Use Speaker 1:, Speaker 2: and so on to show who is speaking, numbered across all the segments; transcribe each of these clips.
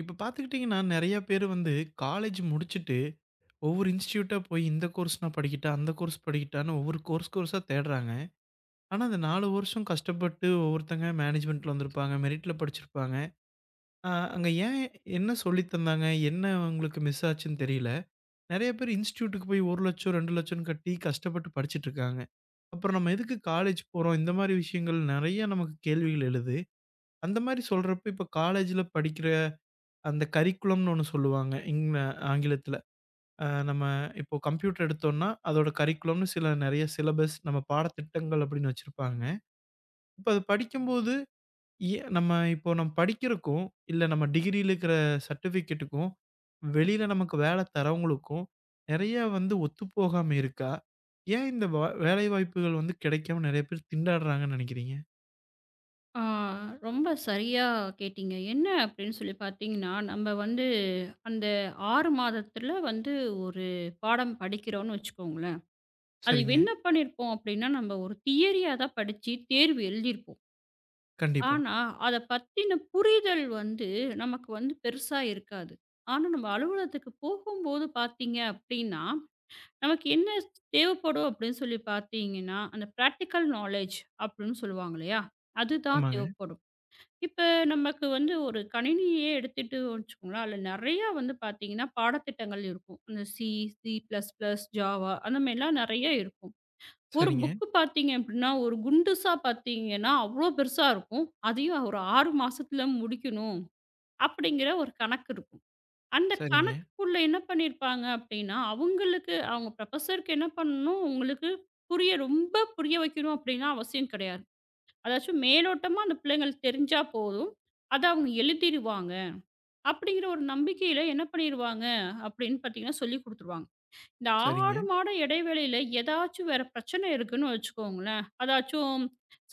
Speaker 1: இப்ப பார்த்துக்கிட்டிங்கன்னா, நெறைய பேரு வந்து காலேஜ் முடிச்சுட்டு, ஒவ்வொரு இன்ஸ்டிடியூட்டா போய் இந்த கோர்ஸ் நான் படிக்கட்டா, அந்த கோர்ஸ் படிக்கட்டான்னு ஒவ்வொரு கோர்ஸ் கோர்ஸா தேடுறாங்க. ஆனா, அந்த 4 வருஷம் கஷ்டப்பட்டு ஒவ்வொருத்தங்க மேனேஜ்மென்ட்ல வந்திருப்பாங்க, மெரிட்ல படிச்சிருப்பாங்க. அங்க ஏன் என்ன சொல்லி தந்தாங்க? என்ன உங்களுக்கு மிஸ் ஆச்சுன்னு தெரியல. நெறைய பேர் இன்ஸ்டிடியூட்டுக்கு போய் 1,00,000 2,00,000ன்னு கட்டி கஷ்டப்பட்டு படிச்சுட்ருக்காங்க. அப்புறம் நம்ம எதுக்கு காலேஜ் போறோம்? இந்த மாரி விஷயங்கள் நெறைய நமக்கு கேள்விகள் எழுது. அந்த மாரி சொல்றப்ப, இப்ப காலேஜ்ல படிக்கிற அந்த கரிக்குலம்னு ஒண்ணு சொல்லுவாங்க. இங்ல ஆங்கிலத்தில. நம்ம இப்போ கம்ப்யூட்டர் எடுத்தோம்னா, அதோட கரிக்குலம்னு சில நெறைய சிலபஸ், நம்ம பாடத்திட்டங்கள் அப்படின்னு வச்சிருப்பாங்க. இப்ப அது படிக்கும்போது, நம்ம இப்போ நம்ம படிக்கிறக்கும், இல்ல நம்ம டிகிரியில இருக்கிற சர்டிஃபிகேட்டுக்கும், வெளியில நமக்கு வேலை தரவங்களுக்கும் நெறைய வந்து ஒத்துப்போகாம இருக்கா? ஏன் இந்த வேலைவாய்ப்புகள் வந்து கிடைக்காம நெறைய பேர் திண்டாடுறாங்கன்னு நினைக்கிறீங்க?
Speaker 2: ஆ, ரொம்ப சரியா கேட்டீங்க. என்ன அப்படின்னு சொல்லி பார்த்தீங்கன்னா, நம்ம வந்து அந்த 6 மாதத்துல வந்து ஒரு பாடம் படிக்கிறோம்னு வச்சுக்கோங்களேன். அது
Speaker 1: சரிங்க.
Speaker 2: என்ன பண்ணியிருப்போம் அப்படின்னா, நம்ம ஒரு தியரியா தான் படிச்சு தேர்வு எழுதியிருப்போம்.
Speaker 1: கண்டிப்பா.
Speaker 2: ஆனா, அத பத்தின புரிதல் வந்து நமக்கு வந்து பெருசா இருக்காது. ஆனா, நம்ம அலுவலகத்துக்கு போகும்போது பார்த்தீங்க அப்படின்னா, நமக்கு என்ன தேவைப்படும் அப்படின்னு சொல்லி பார்த்தீங்கன்னா, அந்த பிராக்டிகல் நாலேட்ஜ் அப்படின்னு சொல்லுவாங்க இல்லையா? அதுதான்
Speaker 1: ஆமாங்க.
Speaker 2: தேவைப்படும். இப்ப நமக்கு வந்து ஒரு கணினியே எடுத்துட்டு வச்சுக்கோங்களேன், அதுல நெறையா வந்து பார்த்தீங்கன்னா, பாடத்திட்டங்கள் இருக்கும். அந்த சி பிளஸ் பிளஸ், ஜாவா அந்த மாரிலாம் நெறைய இருக்கும். ஒரு
Speaker 1: சரிங்க.
Speaker 2: புக்கு பார்த்தீங்க அப்டின்னா, ஒரு குண்டுசா பார்த்தீங்கன்னா, அவ்ளோ பெருசா இருக்கும். அதையும் ஒரு 6 மாசத்துல முடிக்கணும் அப்படிங்கிற ஒரு கணக்கு இருக்கும். அந்த
Speaker 1: சரிங்க. சரிங்க.
Speaker 2: கணக்குக்குள்ள என்ன பண்ணியிருப்பாங்க அப்டின்னா, அவங்களுக்கு அவங்க ப்ரொஃபசருக்கு என்ன பண்ணணும், உங்களுக்கு புரிய வைக்கணும் அப்டின்லாம் அவசியம் கிடையாது. அதாச்சும் மேலோட்டமா அந்த பிள்ளைங்களுக்கு தெரிஞ்சா போதும். அத அவங்க எழுதிருவாங்க. அப்படிங்கிற ஒரு நம்பிக்கையில என்ன பண்ணிருவாங்க அப்படின்னு பார்த்தீங்கன்னா, சொல்லிக் குடுத்துருவாங்க. இந்த
Speaker 1: சரிங்க.
Speaker 2: 6 மாத இடைவெளியில ஏதாச்சும் வேற பிரச்சனை இருக்குன்னு வச்சுக்கோங்களேன். அதாச்சும்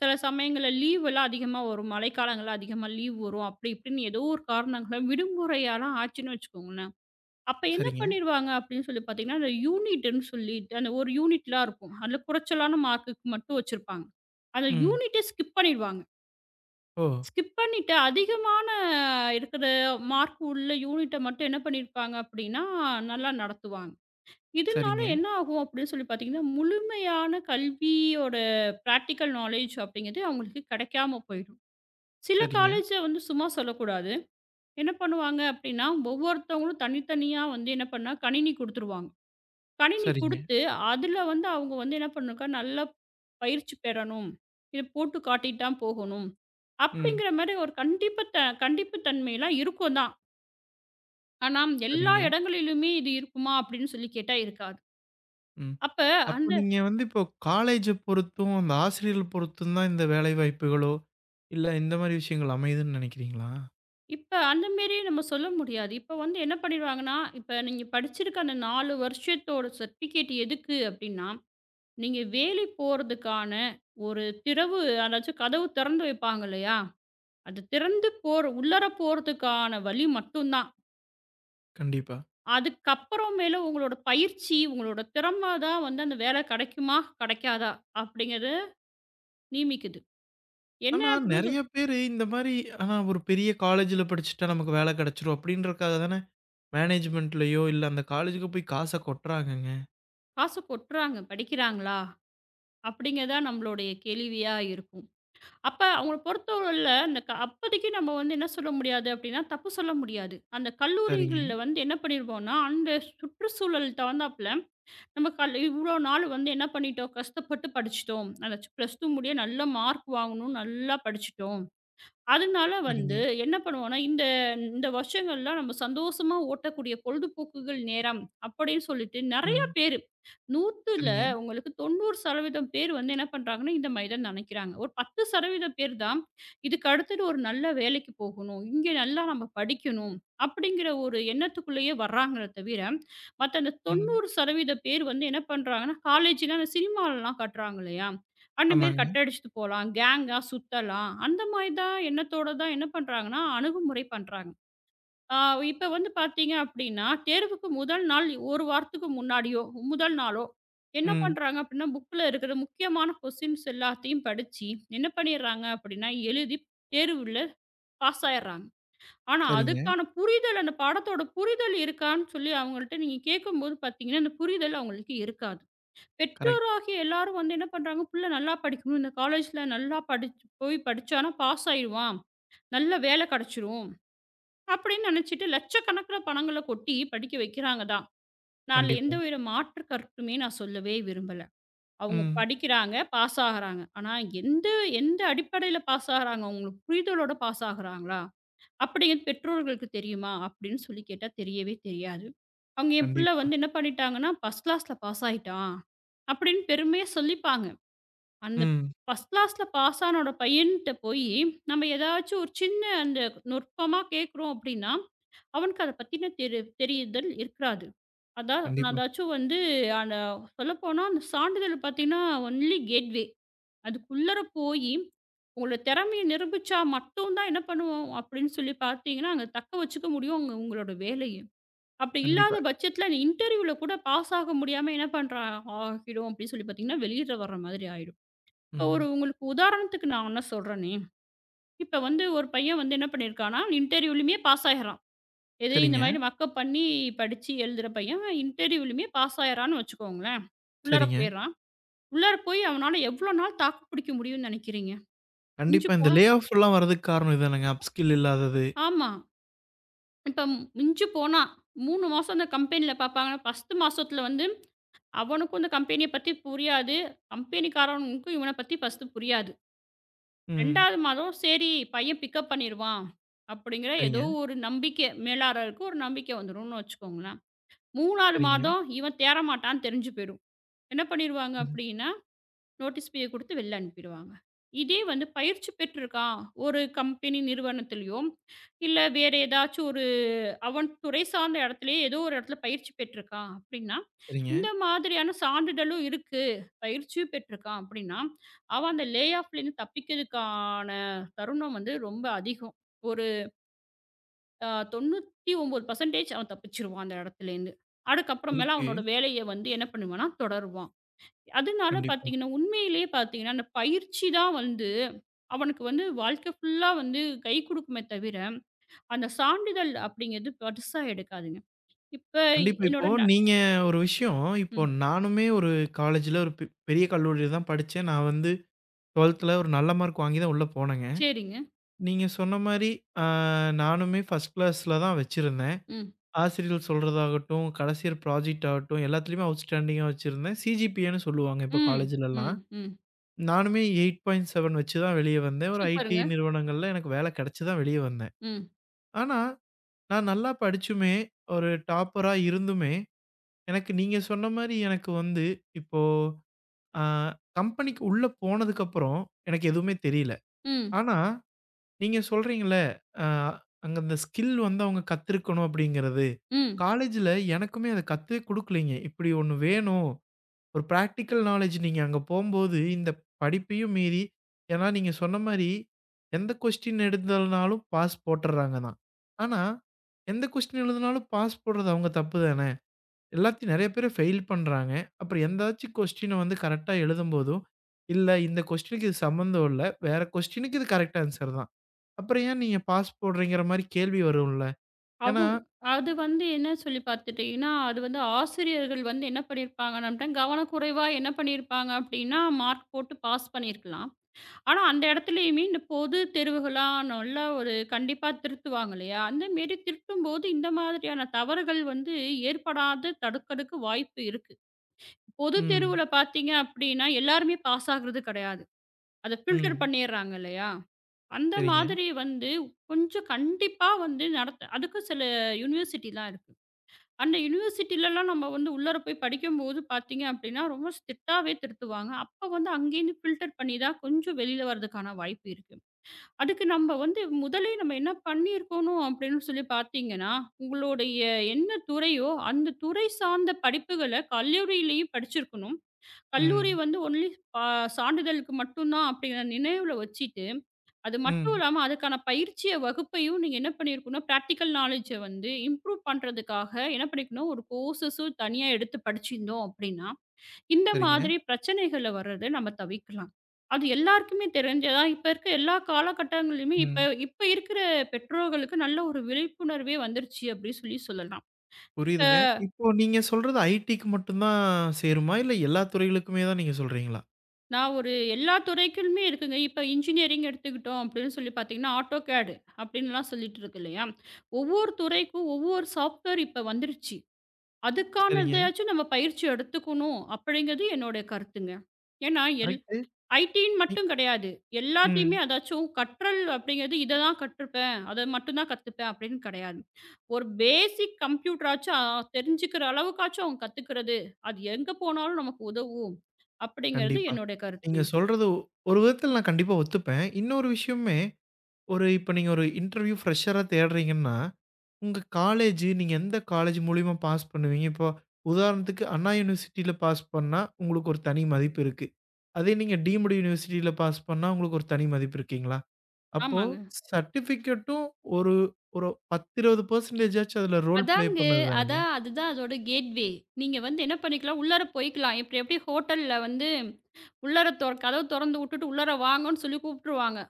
Speaker 2: சில சமயங்கள்ல லீவ் எல்லாம் அதிகமா வரும். மழைக்காலங்கள்ல அதிகமா லீவ் வரும். அப்படி இப்படின்னு ஏதோ ஒரு காரணங்கள விடுமுறையெல்லாம் ஆச்சுன்னு வச்சுக்கோங்களேன். அப்ப என்ன
Speaker 1: சரிங்க.
Speaker 2: பண்ணிருவாங்க அப்படின்னு சொல்லி பார்த்தீங்கன்னா, அந்த யூனிட்ன்னு சொல்லிட்டு அந்த ஒரு யூனிட்லாம் இருக்கும். அதுல குறைச்சலான மார்க்குக்கு மட்டும் வச்சிருப்பாங்க. அந்த
Speaker 1: ம்.
Speaker 2: யூனிட்டே ஸ்கிப் பண்ணிடுவாங்க.
Speaker 1: ஓ!
Speaker 2: ஸ்கிப் பண்ணிட்டு அதிகமான இருக்கிற மார்க் உள்ள யூனிட்ட மட்டும் என்ன பண்ணியிருப்பாங்க அப்படின்னா, நல்லா நடத்துவாங்க. இதனால
Speaker 1: சரிங்க,
Speaker 2: என்ன ஆகும் அப்படின்னு சொல்லி பார்த்தீங்கன்னா, முழுமையான கல்வியோட பிராக்டிகல் நாலேட்ஜ் அப்படிங்கிறது அவங்களுக்கு கிடைக்காம போயிடும். சில
Speaker 1: சரிங்க,
Speaker 2: காலேஜ்ல வந்து சும்மா சொல்லக்கூடாது. என்ன பண்ணுவாங்க அப்படின்னா, ஒவ்வொருத்தவங்களும் தனித்தனியா வந்து என்ன பண்ணா கணினி குடுத்துருவாங்க. கணினி
Speaker 1: சரிங்க.
Speaker 2: குடுத்து, அதுல வந்து அவங்க வந்து என்ன பண்ணணுக்கா, நல்லா பயிற்சி பெறணும். இத போட்டு காட்டிட்டு தான் போகணும்.
Speaker 1: ம்.
Speaker 2: அப்படிங்கிற மாரி ஒரு கண்டிப்பு தன்மைலாம் இருக்கும் தான். ஆனா, எல்லா
Speaker 1: சரிங்க.
Speaker 2: இடங்களிலுமே இது இருக்குமா அப்படின்னு சொல்லி கேட்டா இருக்காது.
Speaker 1: ம்.
Speaker 2: அப்ப
Speaker 1: அப்போ
Speaker 2: அந்த
Speaker 1: நீங்க வந்து இப்போ காலேஜ பொறுத்தும், அந்த ஆசிரியர்கள் பொறுத்தும் தான் இந்த வேலை வாய்ப்புகளோ, இல்ல இந்த மாரி விஷயங்கள் அமையுதுன்னு நெனைக்கிறீங்களா?
Speaker 2: இப்ப அந்த மாரி நம்ம சொல்ல முடியாது. இப்ப வந்து என்ன பண்ணிடுவாங்கன்னா, இப்ப நீங்க படிச்சிருக்க அந்த 4 வருஷத்தோட சர்டிஃபிகேட் எதுக்கு அப்படின்னா, நீங்க வேலை போறதுக்கான ஒரு திறவு அதாச்சும் கதவு திறந்து வைப்பாங்க இல்லையா? அது திறந்து போற உள்ளார போறதுக்கான வழி மட்டும் தான்.
Speaker 1: கண்டிப்பா.
Speaker 2: அதுக்கப்புறமேலு உங்களோட பயிற்சி, உங்களோட திறமை தான் வந்து அந்த வேலை கிடைக்குமா? கிடைக்காதா? அப்படிங்கிறத நியமிக்குது. என்ன
Speaker 1: ஆனா
Speaker 2: அப்படின்னு
Speaker 1: நெறைய
Speaker 2: சொல்
Speaker 1: பேரு இந்த மாரி ஆனா ஒரு பெரிய காலேஜ்ல படிச்சுட்டா நமக்கு வேலை கிடைச்சுரும் அப்படின்றதுக்காக தானே மேனேஜ்மென்ட்லயோ, இல்ல அந்த காலேஜுக்கு போய் காச கொட்டுறாங்கங்க.
Speaker 2: காசு கொட்டுறாங்க. படிக்கிறாங்களா? அப்படிங்கிறது தான் நம்மளுடைய கேள்வியா இருக்கும். அப்ப அவங்கள பொறுத்தவரையில அந்த க அப்போதைக்கு நம்ம வந்து என்ன சொல்ல முடியாது அப்படின்னா, தப்பு சொல்ல முடியாது. அந்த
Speaker 1: சரிங்க,
Speaker 2: கல்லூரிகள்ல வந்து என்ன பண்ணிருவோம்னா, அந்த சுற்றுச்சூழல் தகுந்தாப்ல நம்ம இவ்வளோ நாள் வந்து என்ன பண்ணிட்டோம் கஷ்டப்பட்டு படிச்சிட்டோம். அதாச்சும் +2 முடிய நல்ல மார்க் வாங்கணும், நல்லா படிச்சிட்டோம். அதனால
Speaker 1: சரிங்க.
Speaker 2: வந்து என்ன பண்ணுவோம்னா, இந்த இந்த வருஷங்கள்லாம் நம்ம சந்தோஷமா ஓட்டக்கூடிய பொழுதுபோக்குகள் நேரம் அப்படின்னு சொல்லிட்டு நெறைய
Speaker 1: ம்.
Speaker 2: பேரு, 100ல
Speaker 1: சரிங்க.
Speaker 2: உங்களுக்கு 90% பேர் வந்து என்ன பண்றாங்கன்னா, இந்த மாரி தான் நெனைக்கிறாங்க. ஒரு 10% பேர் தான், இதுக்கு அடுத்தது ஒரு நல்ல வேலைக்கு போகணும், இங்க நல்லா நம்ம படிக்கணும் அப்படிங்கிற ஒரு எண்ணத்துக்குள்ளேயே வர்றாங்களே தவிர, மத்த அந்த
Speaker 1: ம்.
Speaker 2: 90% பேர் வந்து என்ன பண்றாங்கன்னா, காலேஜ்லாம் அந்த சினிமாலலாம் காட்டுறாங்க இல்லையா? அந்த மாரி
Speaker 1: ஆமாங்க.
Speaker 2: கட் அடிச்சுட்டு போலாம். கேங்கா சுத்தலாம். அந்த மாரி தான் எண்ணத்தோட தான் என்ன பண்றாங்கன்னா, அணுகுமுறை பண்றாங்க. ஆ இப்ப வந்து பார்த்தீங்க அப்படின்னா, தேர்வுக்கு முதல் நாள் 1 வாரத்துக்கு முன்னாடியோ, முதல் நாளோ என்ன
Speaker 1: ம்.
Speaker 2: பண்றாங்க அப்படின்னா, புக்ல இருக்கிற முக்கியமான கொஸ்டின்ஸ் எல்லாத்தையும் படிச்சு, என்ன பண்ணிடுறாங்க அப்படின்னா, எழுதி தேர்வுல பாஸ் ஆயிடுறாங்க. ஆனா,
Speaker 1: சரிங்க.
Speaker 2: அதுக்கான புரிதல் அந்த பாடத்தோட புரிதல் இருக்கான்னு சொல்லி அவங்கள்ட்ட நீங்க கேட்கும்போது பார்த்தீங்கன்னா, அந்த புரிதல் அவங்களுக்கு இருக்காது.
Speaker 1: கரெக்ட்.
Speaker 2: பெற்றோராகிய எல்லாரும் வந்து என்ன பண்றாங்க, புள்ள நல்லா படிக்கணும். இந்த காலேஜ்ல நல்லா படிச்சு போய் படிச்சான்னா பாஸ் ஆயிடுவான். நல்ல வேலை கிடைச்சிரும். அப்படின்னு நினைச்சிட்டு லட்சக்கணக்கில பணங்கள கொட்டி படிக்க வைக்கிறாங்க தான். நான் அதுல
Speaker 1: கண்டிப்பா.
Speaker 2: எந்தவித மாற்று கருத்துமே நான் சொல்லவே விரும்பல. அவங்க
Speaker 1: ம்.
Speaker 2: படிக்கிறாங்க, பாஸ் ஆகுறாங்க. ஆனா எந்த எந்த அடிப்படையில பாஸ் ஆகுறாங்க? அவங்களுக்கு புரிதலோட பாஸ் ஆகுறாங்களா? அப்படிங்கிறது பெற்றோர்களுக்கு தெரியுமா? அப்படின்னு சொல்லி கேட்டா தெரியவே தெரியாது. அவங்க என் புள்ள
Speaker 1: கண்டிப்பா.
Speaker 2: வந்து என்ன பண்ணிட்டாங்கன்னா, ஃபர்ஸ்ட் கிளாஸ்ல பாஸ் ஆயிட்டான். அப்படின்னு பெருமையா சொல்லிப்பாங்க. அந்த
Speaker 1: ம்.
Speaker 2: ஃபர்ஸ்ட் கிளாஸ்ல பாஸ் ஆனோட பையன்ட்ட போயி, நம்ம ஏதாச்சும் ஒரு சின்ன அந்த நுட்பமா கேட்குறோம் அப்படின்னா, அவனுக்கு அத பத்தின தெரிதல் இருக்காது. அதான் நான்
Speaker 1: கண்டிப்பா,
Speaker 2: அதாச்சும் வந்து அந்த சொல்லப்போனா அந்த சான்றிதழ் பார்த்தீங்கன்னா, ஒன்லி கேட்வே. அதுக்குள்ளர போயி, உங்களோட திறமைய நிரூபிச்சா மட்டும் தான் என்ன பண்ணுவோம் அப்படின்னு சொல்லி பார்த்தீங்கன்னா, அங்க தக்க வச்சுக்க முடியும் உங்களோட வேலைய. அப்படி இல்லாத
Speaker 1: கண்டிப்பா.
Speaker 2: பட்சத்தில அந்த இன்டர்வியூல கூட பாஸ் ஆக முடியாம என்ன பண்றா ஆகிடும் அப்படின்னு சொல்லி பார்த்தீங்கன்னா, வெளியில வர்ற மாதிரி ஆயிடும்.
Speaker 1: ம்.
Speaker 2: உங்களுக்கு உதாரணத்துக்கு நான் என்ன சொல்றேனே, இப்ப வந்து ஒரு பையன் வந்து என்ன பண்ணியிருக்கான்னா, இன்டர்வியூலயுமே பாஸ் ஆயிடுறான். எது இந்த
Speaker 1: சரிங்க,
Speaker 2: மாதிரி மக்கப் பண்ணி படிச்சு எழுதுற பையன் இன்டர்வியூலயுமே பாஸ் ஆயிடுறான்னு வச்சுக்கோங்களேன். உள்ளார
Speaker 1: சரிங்க.
Speaker 2: போயிடுறான். உள்ளார போய் அவனால எவ்வளோ நாள் தாக்கு பிடிக்க முடியும்னு நினைக்கிறீங்க? மிஞ்சி
Speaker 1: கண்டிப்பா இந்த
Speaker 2: போனா
Speaker 1: லே ஆஃப் எல்லாம் வர்றதுக்கு காரணம் இதானங்க. அப் ஸ்கில் இல்லாதது.
Speaker 2: ஆமா. இப்ப மிஞ்சி போனா 3 மாசம் அந்த கம்பெனியில பார்ப்பாங்க. 1 மாசத்துல வந்து அவனுக்கும் இந்த கம்பெனிய பத்தி புரியாது. கம்பெனிக்காரனுக்கும் இவன பத்தி ஃபர்ஸ்ட்டு புரியாது.
Speaker 1: ம்.
Speaker 2: 2வது மாதம் சரி பையன் பிக்கப் பண்ணிருவான், அப்படிங்கிற
Speaker 1: சரிங்க,
Speaker 2: ஏதோ ஒரு நம்பிக்கை மேலாளருக்கு ஒரு நம்பிக்கை வந்துரும்னு வச்சுக்கோங்களேன். 3வது
Speaker 1: சரிங்க.
Speaker 2: மாதம் இவன் தேற மாட்டான்னு தெரிஞ்சு போயிரும். என்ன பண்ணிருவாங்க
Speaker 1: ம்.
Speaker 2: அப்படின்னா, நோட்டீஸ் பீரியட் குடுத்து வெளில அனுப்பிடுவாங்க. இதே வந்து பயிற்சி பெற்றிருக்கான், ஒரு கம்பெனி நிறுவனத்திலயோ, இல்ல வேற ஏதாச்சும் ஒரு அவன் துறை சார்ந்த இடத்துலயே ஏதோ ஒரு இடத்துல பயிற்சி பெற்றிருக்கான் அப்படின்னா,
Speaker 1: சரிங்க.
Speaker 2: இந்த மாதிரியான சான்றிதழும் இருக்கு, பயிற்சியும் பெற்றிருக்கான் அப்படின்னா, அவன் அந்த லே ஆஃப்லேருந்து தப்பிக்கிறதுக்கான தருணம் வந்து ரொம்ப அதிகம். ஒரு அ 99% அவன் தப்பிச்சுருவான் அந்த இடத்துலேருந்து. அதுக்கப்புறமேல
Speaker 1: இருக்கு.
Speaker 2: அவனோட வேலைய வந்து என்ன பண்ணுவான்னா, தொடருவான். அதனால
Speaker 1: கண்டிப்பா.
Speaker 2: பார்த்தீங்கன்னா, உண்மையிலேயே பார்த்தீங்கன்னா, அந்த பயிற்சி தான் வந்து அவனுக்கு வந்து வாழ்க்கை ஃபுல்லா வந்து கை குடுக்குமே தவிர, அந்த சான்றிதழ் அப்படிங்கிறது பெருசா எடுக்காதுங்க. இப்ப
Speaker 1: கண்டிப்பா. இப்போ
Speaker 2: என்னோட ந
Speaker 1: நீங்க ஒரு விஷயம், இப்போ
Speaker 2: ம்.
Speaker 1: நானுமே ஒரு காலேஜ்ல ஒரு பெரிய கல்லூரியில தான் படிச்சேன். நான் வந்து 12ல ஒரு நல்ல மார்க் வாங்கி தான் உள்ள போனேங்க.
Speaker 2: சரிங்க.
Speaker 1: நீங்க சொன்ன மாரி அ நானுமே ஃபர்ஸ்ட் கிளாஸ்ல தான் வச்சிருந்தேன்.
Speaker 2: ம்.
Speaker 1: ஆசிரியர்கள் சொல்றதாகட்டும், கடைசி இயர் ப்ராஜெக்ட் ஆகட்டும், எல்லாத்துலயுமே அவுட்ஸ்டாண்டிங்கா வச்சிருந்தேன். சிஜிபிஏன்னு சொல்லுவாங்க இப்ப
Speaker 2: ம். ம்.
Speaker 1: காலேஜ்லலாம்.
Speaker 2: ம்.
Speaker 1: நானுமே 8.7 வச்சு தான் வெளிய வந்தேன். ஒரு ஐடி
Speaker 2: சூப்பருங்க.
Speaker 1: நிறுவனங்கள்ல எனக்கு வேல கெடைச்சு தான் வெளிய வந்தேன்.
Speaker 2: ம்.
Speaker 1: ஆனா, நான் நல்லா படிச்சுமே, ஒரு டாப்பரா இருந்துமே, எனக்கு நீங்க சொன்ன மாரி எனக்கு வந்து இப்போ அ கம்பெனிக்கு உள்ள போனதுக்கப்புறம் எனக்கு எதுவுமே தெரியல.
Speaker 2: ம்.
Speaker 1: ஆனா, நீங்க சொல்றீங்கள்ல, அ அங்க அந்த ஸ்கில் வந்து அவங்க கத்திருக்கணும் அப்படிங்கிறது.
Speaker 2: ம்.
Speaker 1: காலேஜ்ல எனக்குமே அத கத்தே குடுக்கலைங்க. இப்படி ஒண்ணு வேணும். ஒரு பிராக்டிக்கல் நாலேட்ஜ் நீங்க அங்க போம்போது, இந்த படிப்பையும் மீறி ஏன்னா நீங்க சொன்ன மாரி, எந்த கொஸ்டின் எடுத்தாலும்னாலும் பாஸ் போட்டுர்றாங்க தான். ஆனா, எந்த கொஸ்டின் எழுதுனாலும் பாஸ் போடுறது அவங்க தப்பு தானே! எல்லாத்தையும் நெறைய பேரு ஃபெயில் பண்றாங்க. அப்புறம் எந்தாச்சும் கொஸ்டின வந்து கரெக்ட்டா எழுதும்போதும், இல்ல இந்த கொஸ்டினுக்கு இது சம்மந்தம் இல்ல. வேற கொஸ்டினுக்கு இது கரெக்ட் ஆன்ஸர் தான். அப்புறம் ஏன் நீங்க பாஸ் போடுறீங்கிற மாரி கேள்வி வரும்ல. ஏன்னா
Speaker 2: அவுங் அது வந்து என்ன சொல்லி பார்த்துட்டீங்கன்னா, அது வந்து ஆசிரியர்கள் வந்து என்ன பண்ணியிருப்பாங்க, நம்மட்ட கவனக்குறைவா என்ன பண்ணியிருப்பாங்க அப்படின்னா, மார்க் போட்டு பாஸ் பண்ணியிருக்கலாம். ஆனா, அந்த இடத்துலயுமே இந்த பொது தேர்வுகளலாம் நல்லா ஒரு கண்டிப்பா திருத்துவாங்க இல்லையா? அந்த மாரி திருத்தும்போது இந்த மாதிரியான தவறுகள் வந்து ஏற்படாது தடுக்கறக்கு வாய்ப்பு இருக்கு. பொது
Speaker 1: ம்,
Speaker 2: தேர்வுல பார்த்தீங்க அப்டின்னா, எல்லாருமே பாஸ் ஆகுறது கிடையாது. அத ஃபில்டர்
Speaker 1: ம்.
Speaker 2: பண்ணிர்றாங்க இல்லையா? அந்த
Speaker 1: சரிங்க.
Speaker 2: மாதிரி வந்து கொஞ்சம் கண்டிப்பா வந்து நடத்த அதுக்கு சில யூனிவர்சிட்டிலாம் இருக்கு. அந்த யூனிவர்சிட்டிலலாம் நம்ம வந்து உள்ளார போய் படிக்கும்போது பார்த்தீங்க அப்டின்னா, ரொம்ப ஸ்ட்ரிக்டாவே திருத்துவாங்க. அப்ப வந்து அங்கேருந்து ஃபில்டர் பண்ணி தான் கொஞ்சம் வெளில வரதுக்கான வாய்ப்பு இருக்கு. அதுக்கு நம்ம வந்து முதலே நம்ம என்ன பண்ணியிருக்கணும் அப்படின்னு சொல்லி பார்த்தீங்கன்னா, உங்களுடைய என்ன துறையோ, அந்த துறை சார்ந்த படிப்புகள கல்லூரியிலேயும் படிச்சிருக்கணும். கல்லூரி
Speaker 1: ம்,
Speaker 2: வந்து ஒன்லி பா சான்றிதழுக்கு மட்டும் தான் அப்படிங்கிற நினைவுல வச்சுட்டு, அது மட்டும்
Speaker 1: ம்.
Speaker 2: இல்லாம அதுக்கான பயிற்சிய வகுப்பையும் நீங்க என்ன பண்ணியிருக்கணும், பிராக்டிக்கல் நாலேட்ஜ வந்து இம்ப்ரூவ் பண்றதுக்காக என்ன பண்ணியிருக்கணும், ஒரு கோர்ஸஸும் தனியா எடுத்து படிச்சிருந்தோம் அப்படின்னா, இந்த
Speaker 1: சரிங்க.
Speaker 2: மாதிரி பிரச்சனைகள்ல வர்றத நம்ம தவிர்க்கலாம். அது எல்லாருக்குமே தெரிஞ்சதா இப்ப இருக்க எல்லா காலகட்டங்கள்லயுமே
Speaker 1: ம்.
Speaker 2: இப்ப இப்ப இருக்கிற பெற்றோர்களுக்கு நல்ல ஒரு விழிப்புணர்வே வந்துருச்சு அப்படி சொல்லி சொல்லலாம். இப்ப
Speaker 1: புரியுதுங்க. இப்போ நீங்க சொல்றது ஐடிக்கு மட்டும் தான் சேருமா? இல்ல எல்லா துறைகளுக்குமே தான் நீங்க சொல்றீங்களா?
Speaker 2: நான் ஒரு எல்லா துறைக்குமே இருக்குங்க. இப்ப இன்ஜினியரிங் எடுத்துக்கிட்டோம் அப்படின்னு சொல்லி பார்த்தீங்கன்னா, AutoCAD அப்படின்லாம் சொல்லிட்டு இருக்கு இல்லையா? ஒவ்வொரு துறைக்கும் ஒவ்வொரு சாஃப்ட்வேர் இப்ப வந்துருச்சு.
Speaker 1: சரிங்க.
Speaker 2: அதுக்கானதையாச்சும் நம்ம பயிற்சி எடுத்துக்கணும் அப்படிங்கிறது என்னோட கருத்துங்க. ஏன்னா
Speaker 1: கரெக்ட்டு.
Speaker 2: ஐடின்னு
Speaker 1: நீ
Speaker 2: மட்டும் கிடையாது. எல்லாத்தையுமே
Speaker 1: ம்.
Speaker 2: அதாச்சும் கற்றல் அப்படிங்கிறது இத தான் கற்றுப்பேன். அத மட்டும் தான் கத்துப்பேன் அப்படின்னு கிடையாது. ஒரு பேசிக் கம்ப்யூட்டராச்சும் தெரிஞ்சுக்கிற அளவுக்காச்சும் அவங்க கத்துக்கிறது. அது எங்க போனாலும் நமக்கு உதவும் அப்படிங்கிறது
Speaker 1: கண்டிப்பா.
Speaker 2: என்னுடைய
Speaker 1: நீங்க
Speaker 2: கருத்துங்க.
Speaker 1: சொல்றது ஒரு விதத்துல நான் கண்டிப்பா ஒத்துப்பேன். இன்னொரு விஷயமுமே, ஒரு இப்ப நீங்க ஒரு இன்டர்வியூ ஃப்ரெஷரா தேடுறீங்கன்னா, உங்க காலேஜு நீங்க எந்த காலேஜ் மூலியமா பாஸ் பண்ணுவீங்க? இப்போ உதாரணத்துக்கு அண்ணா யூனிவர்சிட்டியில பாஸ் பண்ணா, உங்களுக்கு ஒரு தனி மதிப்பு இருக்கு. அதே நீங்க டீம்டு யூனிவர்சிட்டியில பாஸ் பண்ணா, உங்களுக்கு ஒரு தனி மதிப்பு இருக்குங்களா? அப்போ
Speaker 2: ஆமாங்க.
Speaker 1: சர்டிஃபிகேட்டும் ஒரு ஒரு 10, 20% ஆச்சும் அதுல ரோல் பிளே
Speaker 2: அதாங்க.
Speaker 1: பண்ணது தானங்க.
Speaker 2: அதுதான் அதோட கேட்வே. நீங்க வந்து என்ன பண்ணிக்கலாம், உள்ளார போய்க்கலாம். இப்ப எப்படி ஹோட்டல்ல வந்து உள்ளார தொற கதவு தொறந்து வுட்டுட்டு உள்ளார வாங்கன்னு சொல்லி கூப்பிட்டுருவாங்க.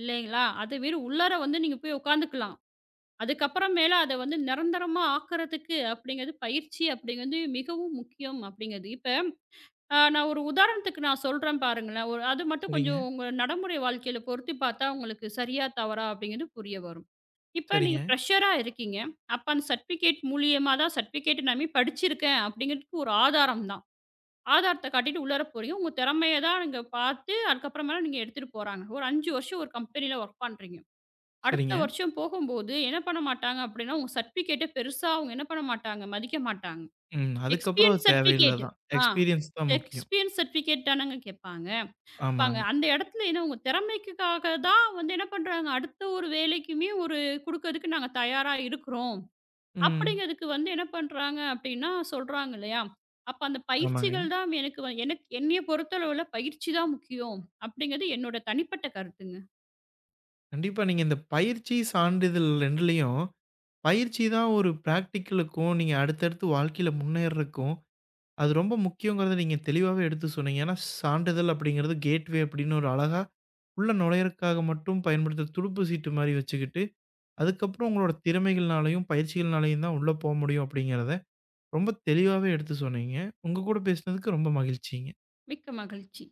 Speaker 2: இல்லைங்களா? அதே மாரி உள்ளார வந்து நீங்க போய் உட்காந்துக்கலாம். அதுக்கப்புறம் மேல அத வந்து நிரந்தரமா ஆக்குறதுக்கு அப்படிங்கிறது பயிற்சி அப்படிங்கிறது மிகவும் முக்கியம் அப்படிங்கிறது. இப்ப நான் ஒரு உதாரணத்துக்கு நான் சொல்றேன் பாருங்களேன். ஒரு அது மட்டும்
Speaker 1: சரிங்க,
Speaker 2: கொஞ்சம் உங்க நடைமுறை வாழ்க்கையில பொருத்தி பார்த்தா உங்களுக்கு சரியா, தவறா அப்படிங்கிறது புரிய வரும். இப்ப
Speaker 1: சரிங்க,
Speaker 2: நீங்க ஃப்ரெஷரா இருக்கீங்க. அப்ப அந்த சர்டிஃபிகேட் மூலியமா தான் சர்டிஃபிகேட் நான் படிச்சிருக்கேன் அப்படிங்கிறதுக்கு ஒரு ஆதாரம் தான். ஆதாரத்த காட்டிட்டு உள்ளார போறீங்க. உங்க திறமைய தான் அங்க பார்த்து அதுக்கப்புறமேல நீங்க எடுத்துட்டு போறாங்க. ஒரு 5 வருஷம் ஒரு கம்பெனியில வொர்க் பண்றீங்க. அடுத்த
Speaker 1: சரிங்க.
Speaker 2: வருஷம் போகும்போது என்ன பண்ண மாட்டாங்க அப்படின்னா, உங்க சர்டிஃபிகேட்ட பெருசா அவங்க என்ன பண்ண மாட்டாங்க, மதிக்க மாட்டாங்க.
Speaker 1: ம். அதுக்கப்புறம் அது
Speaker 2: எக்ஸ்பீரியன்ஸ் சர்டிஃபிகேட்.
Speaker 1: தேவையில்லாதான்.
Speaker 2: ஆ.
Speaker 1: எக்ஸ்பீரியன்ஸ் தான் முக்கியம்.
Speaker 2: எக்ஸ்பீரியன்ஸ் சர்டிஃபிகேட் தானங்க கேட்பாங்க. கேட்பாங்க.
Speaker 1: ஆமாங்க.
Speaker 2: அந்த இடத்துல என்ன உங்க திறமைக்காக தான் வந்து என்ன பண்றாங்க, அடுத்த ஒரு வேலைக்குமே ஒரு குடுக்கறதுக்கு நாங்க தயாரா இருக்கிறோம்.
Speaker 1: ம்.
Speaker 2: அப்படிங்கிறதுக்கு வந்து என்ன பண்றாங்க அப்படின்னா சொல்றாங்க இல்லையா? அப்ப அந்த
Speaker 1: ஆமாங்க.
Speaker 2: பயிற்சிகள் தான் எனக்கு என்னைய பொறுத்தளவுல பயிற்சி தான் முக்கியம். அப்படிங்கிறது என்னோட தனிப்பட்ட கருத்துங்க.
Speaker 1: கண்டிப்பா நீங்க இந்த பயிற்சி, சான்றிதழ் 2லயும் பயிற்சி தான் ஒரு பிராக்டிகலுக்கும், நீங்க அடுத்தடுத்து வாழ்க்கையில முன்னேறதுக்கும், அது ரொம்ப முக்கியங்கிறத நீங்க தெளிவாவே எடுத்து சொன்னீங்க. ஏன்னா சான்றிதழ் அப்படிங்கிறது கேட்வே அப்படின்னு ஒரு அழகா உள்ள நுழையறதுக்காக மட்டும் பயன்படுத்துற துடுப்பு சீட்டு மாரி வச்சுக்கிட்டு அதுக்கப்புறம் உங்களோட திறமைகள்னாலயும், பயிற்சிகள்னாலயும் தான் உள்ள போ முடியும் அப்படிங்கிறத ரொம்ப தெளிவாவே எடுத்து சொன்னீங்க. உங்க கூட பேசினதுக்கு ரொம்ப மகிழ்ச்சிங்க.
Speaker 2: மிக்க மகிழ்ச்சி.